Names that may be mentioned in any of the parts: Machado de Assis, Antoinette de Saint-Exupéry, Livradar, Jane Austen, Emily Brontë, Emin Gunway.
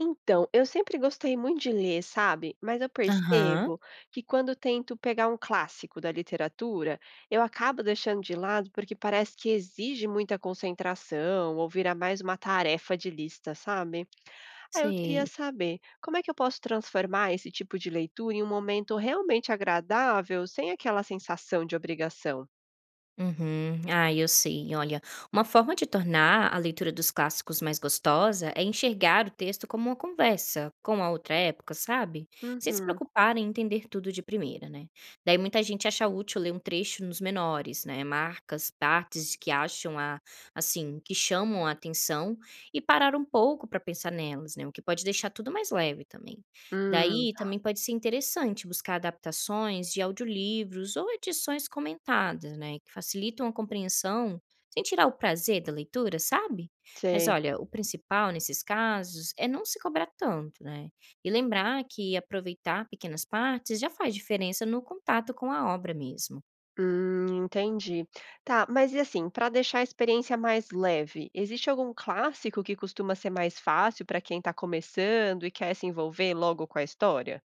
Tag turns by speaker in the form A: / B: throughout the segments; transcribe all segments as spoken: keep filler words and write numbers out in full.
A: Então, eu sempre gostei muito de ler, sabe? Mas eu
B: Aham,
A: percebo que quando tento pegar um clássico da literatura, eu acabo deixando de lado porque parece que exige muita concentração ou vira mais uma tarefa de lista, sabe? Aí eu queria
B: sei.
A: saber, como é que eu posso transformar esse tipo de leitura em um momento realmente agradável, sem aquela sensação de obrigação?
B: Uhum. Ah, eu sei. Olha, uma forma de tornar a leitura dos clássicos mais gostosa é enxergar o texto como uma conversa com a outra época, sabe? Sem se
A: Uhum.
B: preocupar em entender tudo de primeira, né? Daí muita gente acha útil ler um trecho nos menores, né? Marcas, partes que acham a, assim, que chamam a atenção e parar um pouco para pensar nelas, né? O que pode deixar tudo mais leve também.
A: Hum,
B: Daí também pode ser interessante buscar adaptações de audiolivros ou edições comentadas, né, que facilitam a compreensão sem tirar o prazer da leitura, sabe? Mas
A: sei.
B: olha, o principal nesses casos é não se cobrar tanto, né? E lembrar que aproveitar pequenas partes já faz diferença no contato com a obra mesmo.
A: Hum, entendi. Tá, mas e assim, para deixar a experiência mais leve, existe algum clássico que costuma ser mais fácil para quem está começando e quer se envolver logo com a história?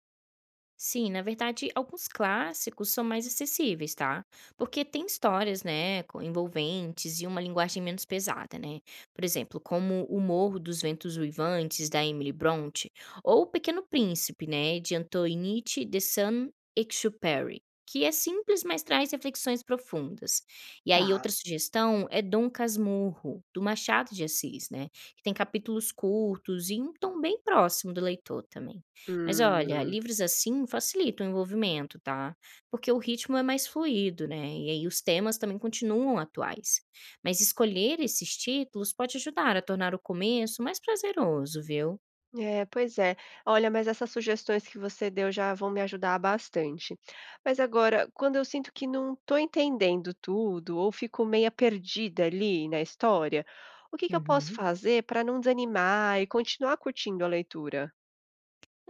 B: Sim, na verdade, alguns clássicos são mais acessíveis, tá? Porque tem histórias, né, co- envolventes e uma linguagem menos pesada, né? Por exemplo, como O Morro dos Ventos Uivantes, da Emily Brontë, ou O Pequeno Príncipe, né, de Antoinette de Saint-Exupéry, que é simples, mas traz reflexões profundas. E aí,
A: Tá.
B: outra sugestão é Dom Casmurro, do Machado de Assis, né? Que tem capítulos curtos e um tom bem próximo do leitor também. Mas olha,
A: Hum,
B: livros assim facilitam o envolvimento, tá? Porque o ritmo é mais fluido, né? E aí os temas também continuam atuais. Mas escolher esses títulos pode ajudar a tornar o começo mais prazeroso, viu?
A: é, pois é. Olha, mas essas sugestões que você deu já vão me ajudar bastante. Mas agora, quando eu sinto que não estou entendendo tudo ou fico meia perdida ali na história, o que que eu posso
B: Uhum.
A: fazer para não desanimar e continuar curtindo a leitura?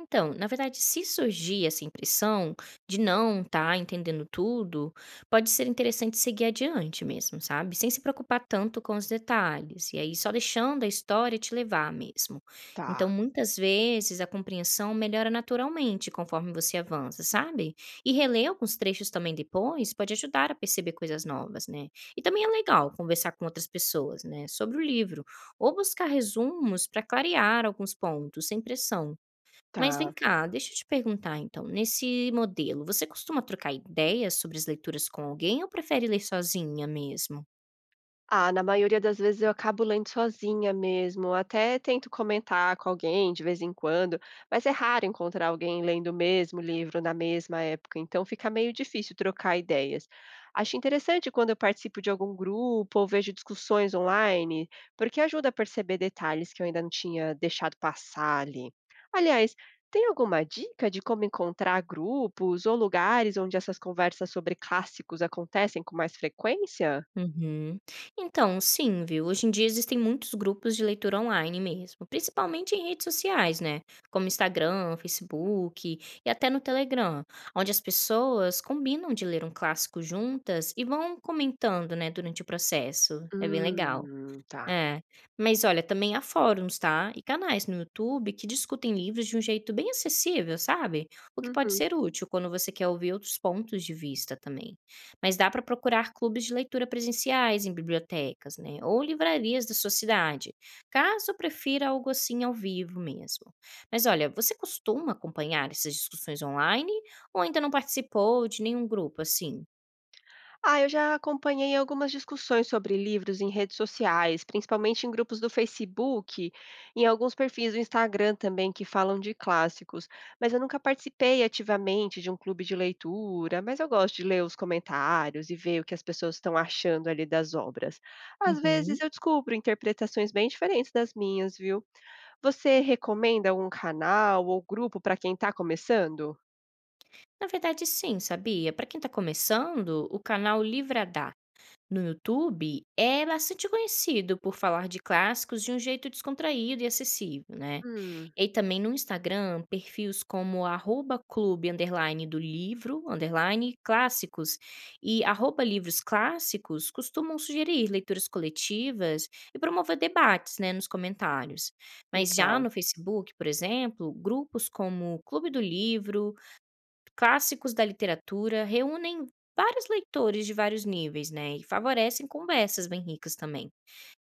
B: Então, na verdade, se surgir essa impressão de não tá entendendo tudo, pode ser interessante seguir adiante mesmo, sabe? Sem se preocupar tanto com os detalhes. E aí, só deixando a história te levar mesmo.
A: Tá.
B: Então, muitas vezes, a compreensão melhora naturalmente conforme você avança, sabe? E reler alguns trechos também depois pode ajudar a perceber coisas novas, né? E também é legal conversar com outras pessoas, né? Sobre o livro. Ou buscar resumos para clarear alguns pontos, sem pressão. Mas vem
A: Tá.
B: cá, deixa eu te perguntar então, nesse modelo, você costuma trocar ideias sobre as leituras com alguém ou prefere ler sozinha mesmo?
A: Ah, na maioria das vezes eu acabo lendo sozinha mesmo, até tento comentar com alguém de vez em quando, mas é raro encontrar alguém lendo o mesmo livro na mesma época, então fica meio difícil trocar ideias. Acho interessante quando eu participo de algum grupo ou vejo discussões online, porque ajuda a perceber detalhes que eu ainda não tinha deixado passar ali. Aliás, tem alguma dica de como encontrar grupos ou lugares onde essas conversas sobre clássicos acontecem com mais frequência?
B: Uhum. Então, sim, viu? Hoje em dia existem muitos grupos de leitura online mesmo, principalmente em redes sociais, né? Como Instagram, Facebook e até no Telegram, onde as pessoas combinam de ler um clássico juntas e vão comentando, né, durante o processo. É bem legal.
A: Hum, tá.
B: É. Mas olha, também há fóruns, tá, e canais no YouTube que discutem livros de um jeito bem acessível, sabe, o que pode
A: Uhum.
B: ser útil quando você quer ouvir outros pontos de vista também. Mas dá para procurar clubes de leitura presenciais em bibliotecas, né, ou livrarias da sua cidade, caso prefira algo assim ao vivo mesmo. Mas olha, você costuma acompanhar essas discussões online ou ainda não participou de nenhum grupo assim?
A: Ah, eu já acompanhei algumas discussões sobre livros em redes sociais, principalmente em grupos do Facebook, em alguns perfis do Instagram também que falam de clássicos, mas eu nunca participei ativamente de um clube de leitura, mas eu gosto de ler os comentários e ver o que as pessoas estão achando ali das obras. Às
B: Uhum.
A: vezes eu descubro interpretações bem diferentes das minhas, viu? Você recomenda algum canal ou grupo para quem está começando?
B: Na verdade, sim, sabia? Para quem está começando, o canal Livradar no YouTube, é bastante conhecido por falar de clássicos de um jeito descontraído e acessível, né?
A: Hum,
B: E também no Instagram, perfis como arroba clube underline do livro, underline clássicos, e arroba livros clássicos costumam sugerir leituras coletivas e promover debates né, nos comentários. Mas já
A: legal.
B: no Facebook, por exemplo, grupos como Clube do Livro, Clássicos da Literatura reúnem vários leitores de vários níveis, né, e favorecem conversas bem ricas também.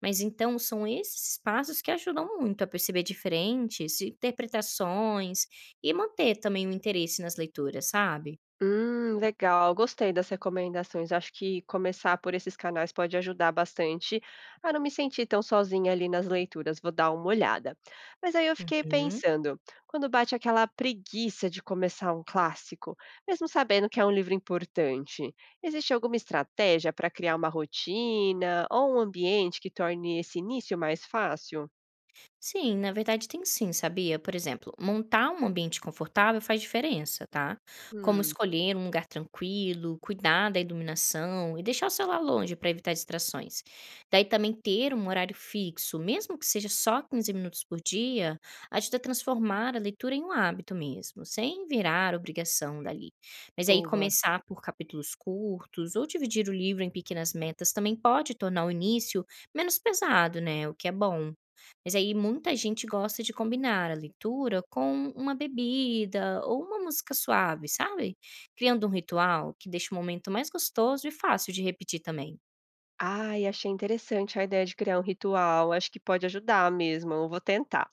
B: Mas então são esses espaços que ajudam muito a perceber diferentes interpretações e manter também o interesse nas leituras, sabe?
A: Hum, legal, gostei das recomendações. Acho que começar por esses canais pode ajudar bastante a não me sentir tão sozinha ali nas leituras. Vou dar uma olhada. Mas aí eu fiquei
B: Uhum.
A: pensando, quando bate aquela preguiça de começar um clássico, mesmo sabendo que é um livro importante, existe alguma estratégia para criar uma rotina ou um ambiente que torne esse início mais fácil?
B: Sim, na verdade tem sim, sabia? Por exemplo, montar um ambiente confortável faz diferença, tá? Como
A: Hum,
B: escolher um lugar tranquilo, cuidar da iluminação e deixar o celular longe para evitar distrações. Daí também ter um horário fixo, mesmo que seja só quinze minutos por dia, ajuda a transformar a leitura em um hábito mesmo, sem virar obrigação dali. Mas aí
A: boa.
B: começar por capítulos curtos ou dividir o livro em pequenas metas também pode tornar o início menos pesado, né? O que é bom. Mas aí muita gente gosta de combinar a leitura com uma bebida ou uma música suave, sabe? Criando um ritual que deixa o momento mais gostoso e fácil de repetir também.
A: Ai, achei interessante a ideia de criar um ritual. Acho que pode ajudar mesmo. Eu vou tentar.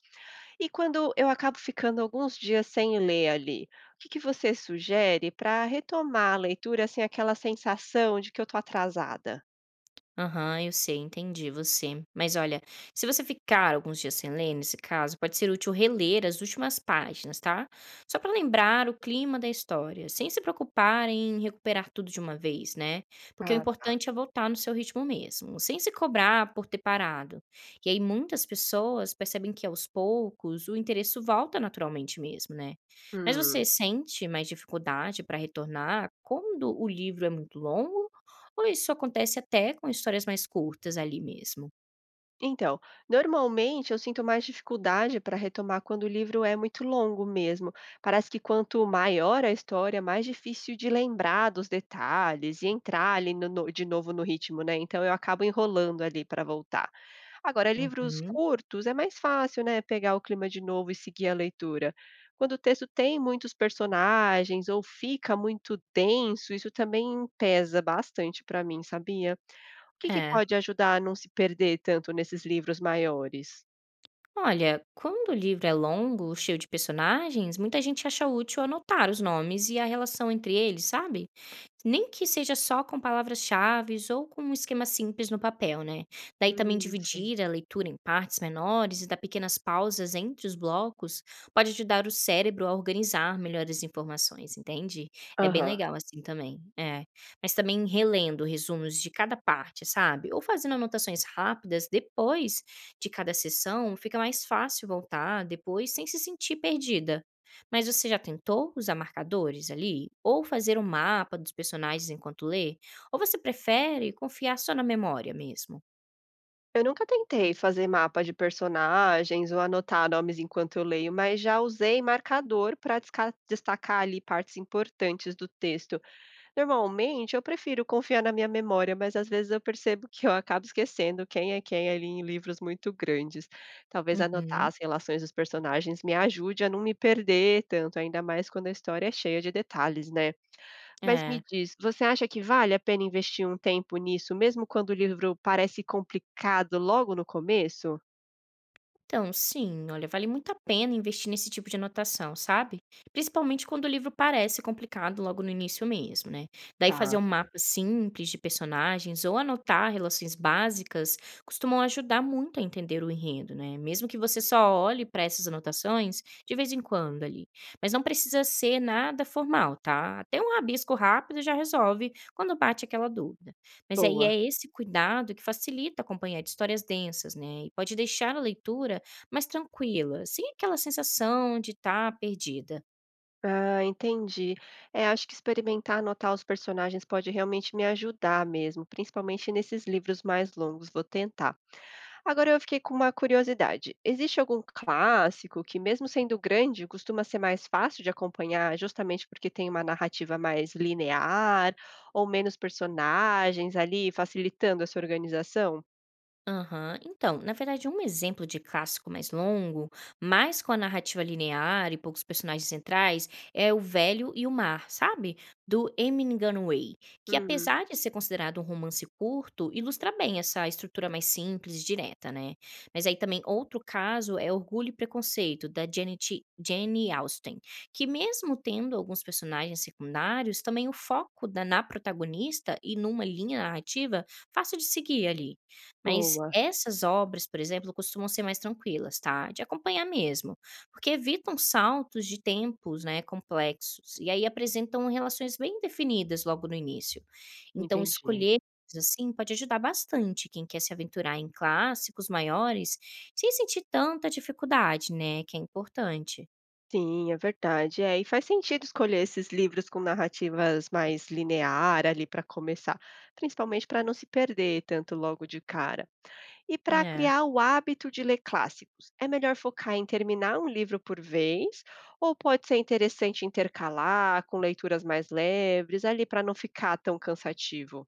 A: E quando eu acabo ficando alguns dias sem ler ali, o que que você sugere para retomar a leitura sem aquela sensação de que eu estou atrasada?
B: Aham, eu sei, entendi você. Mas olha, se você ficar alguns dias sem ler, nesse caso, pode ser útil reler as últimas páginas, tá? Só para lembrar o clima da história, sem se preocupar em recuperar tudo de uma vez, né? Porque o
A: Ah, tá.
B: importante é voltar no seu ritmo mesmo, sem se cobrar por ter parado. E aí muitas pessoas percebem que aos poucos o interesse volta naturalmente mesmo, né? Mas você
A: Hum.
B: sente mais dificuldade para retornar quando o livro é muito longo? Ou isso acontece até com histórias mais curtas ali mesmo.
A: Então, normalmente eu sinto mais dificuldade para retomar quando o livro é muito longo mesmo. Parece que quanto maior a história, mais difícil de lembrar dos detalhes e entrar ali no- no- de novo no ritmo, né? Então eu acabo enrolando ali para voltar. Agora, livros
B: Uhum.
A: curtos é mais fácil, né, pegar o clima de novo e seguir a leitura. Quando o texto tem muitos personagens ou fica muito denso, isso também pesa bastante para mim, sabia? O que que
B: É.
A: pode ajudar a não se perder tanto nesses livros maiores?
B: Olha, quando o livro é longo, cheio de personagens, muita gente acha útil anotar os nomes e a relação entre eles, sabe? Nem que seja só com palavras-chave ou com um esquema simples no papel, né? Daí também
A: Hum, sim.
B: dividir a leitura em partes menores e dar pequenas pausas entre os blocos pode ajudar o cérebro a organizar melhor as informações, entende? É bem
A: Aham.
B: legal assim também, é. Mas também relendo resumos de cada parte, sabe? Ou fazendo anotações rápidas depois de cada sessão, fica mais fácil voltar depois sem se sentir perdida. Mas você já tentou usar marcadores ali? Ou fazer um mapa dos personagens enquanto lê? Ou você prefere confiar só na memória mesmo?
A: Eu nunca tentei fazer mapa de personagens ou anotar nomes enquanto eu leio, mas já usei marcador para destacar ali partes importantes do texto. Normalmente, eu prefiro confiar na minha memória, mas às vezes eu percebo que eu acabo esquecendo quem é quem ali em livros muito grandes. Talvez anotar
B: Uhum.
A: as relações dos personagens me ajude a não me perder tanto, ainda mais quando a história é cheia de detalhes, né? Mas
B: É.
A: me diz, você acha que vale a pena investir um tempo nisso, mesmo quando o livro parece complicado logo no começo?
B: Então, sim, olha, vale muito a pena investir nesse tipo de anotação, sabe? Principalmente quando o livro parece complicado logo no início mesmo, né? Daí fazer um
A: Tá,
B: mapa simples de personagens ou anotar relações básicas costumam ajudar muito a entender o enredo, né? Mesmo que você só olhe para essas anotações de vez em quando ali. Mas não precisa ser nada formal, tá? Até um rabisco rápido já resolve quando bate aquela dúvida. Mas aí
A: boa.
B: é esse cuidado que facilita acompanhar de histórias densas, né? E pode deixar a leitura mais tranquila, sem aquela sensação de estar perdida.
A: Ah, entendi. É, acho que experimentar anotar os personagens pode realmente me ajudar mesmo, principalmente nesses livros mais longos. Vou tentar. Agora eu fiquei com uma curiosidade. Existe algum clássico que, mesmo sendo grande, costuma ser mais fácil de acompanhar, justamente porque tem uma narrativa mais linear ou menos personagens ali, facilitando essa organização?
B: Aham. Então, na verdade, um exemplo de clássico mais longo, mas com a narrativa linear e poucos personagens centrais, é O Velho e o Mar, sabe? Do Emin Gunway, que
A: Hum,
B: apesar de ser considerado um romance curto, ilustra bem essa estrutura mais simples e direta, né? Mas aí também outro caso é Orgulho e Preconceito, da Janet, Jane Austen, que mesmo tendo alguns personagens secundários, também o foco da, na protagonista e numa linha narrativa fácil de seguir ali. Mas
A: boa,
B: essas obras, por exemplo, costumam ser mais tranquilas, tá, de acompanhar mesmo, porque evitam saltos de tempos, né, complexos, e aí apresentam relações bem definidas logo no início. Então
A: entendi.
B: escolher assim pode ajudar bastante quem quer se aventurar em clássicos maiores sem sentir tanta dificuldade, né, que é importante.
A: Sim, é verdade. É, e faz sentido escolher esses livros com narrativas mais linear ali para começar, principalmente para não se perder tanto logo de cara. E para
B: É.
A: criar o hábito de ler clássicos, é melhor focar em terminar um livro por vez, ou pode ser interessante intercalar com leituras mais leves ali para não ficar tão cansativo?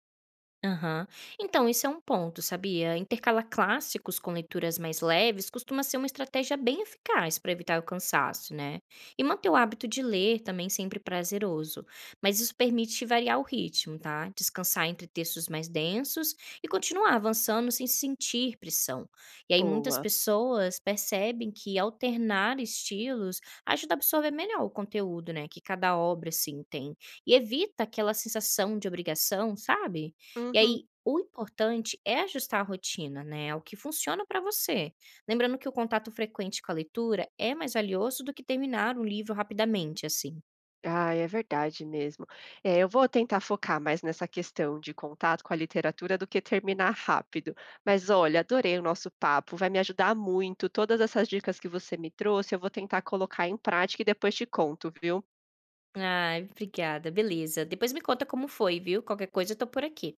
B: Aham. Então, isso é um ponto, sabia? Intercalar clássicos com leituras mais leves costuma ser uma estratégia bem eficaz para evitar o cansaço, né? E manter o hábito de ler também sempre prazeroso. Mas isso permite variar o ritmo, tá? Descansar entre textos mais densos e continuar avançando sem sentir pressão. E aí, muitas
A: Boa.
B: pessoas percebem que alternar estilos ajuda a absorver melhor o conteúdo, né? Que cada obra, assim, tem. E evita aquela sensação de obrigação, sabe? E
A: Uhum.
B: aí, o importante é ajustar a rotina, né, ao que funciona para você. Lembrando que o contato frequente com a leitura é mais valioso do que terminar um livro rapidamente, assim.
A: Ah, é verdade mesmo. É, eu vou tentar focar mais nessa questão de contato com a literatura do que terminar rápido. Mas olha, adorei o nosso papo, vai me ajudar muito. Todas essas dicas que você me trouxe, eu vou tentar colocar em prática e depois te conto, viu?
B: Ai, obrigada, beleza. Depois me conta como foi, viu? Qualquer coisa eu tô por aqui.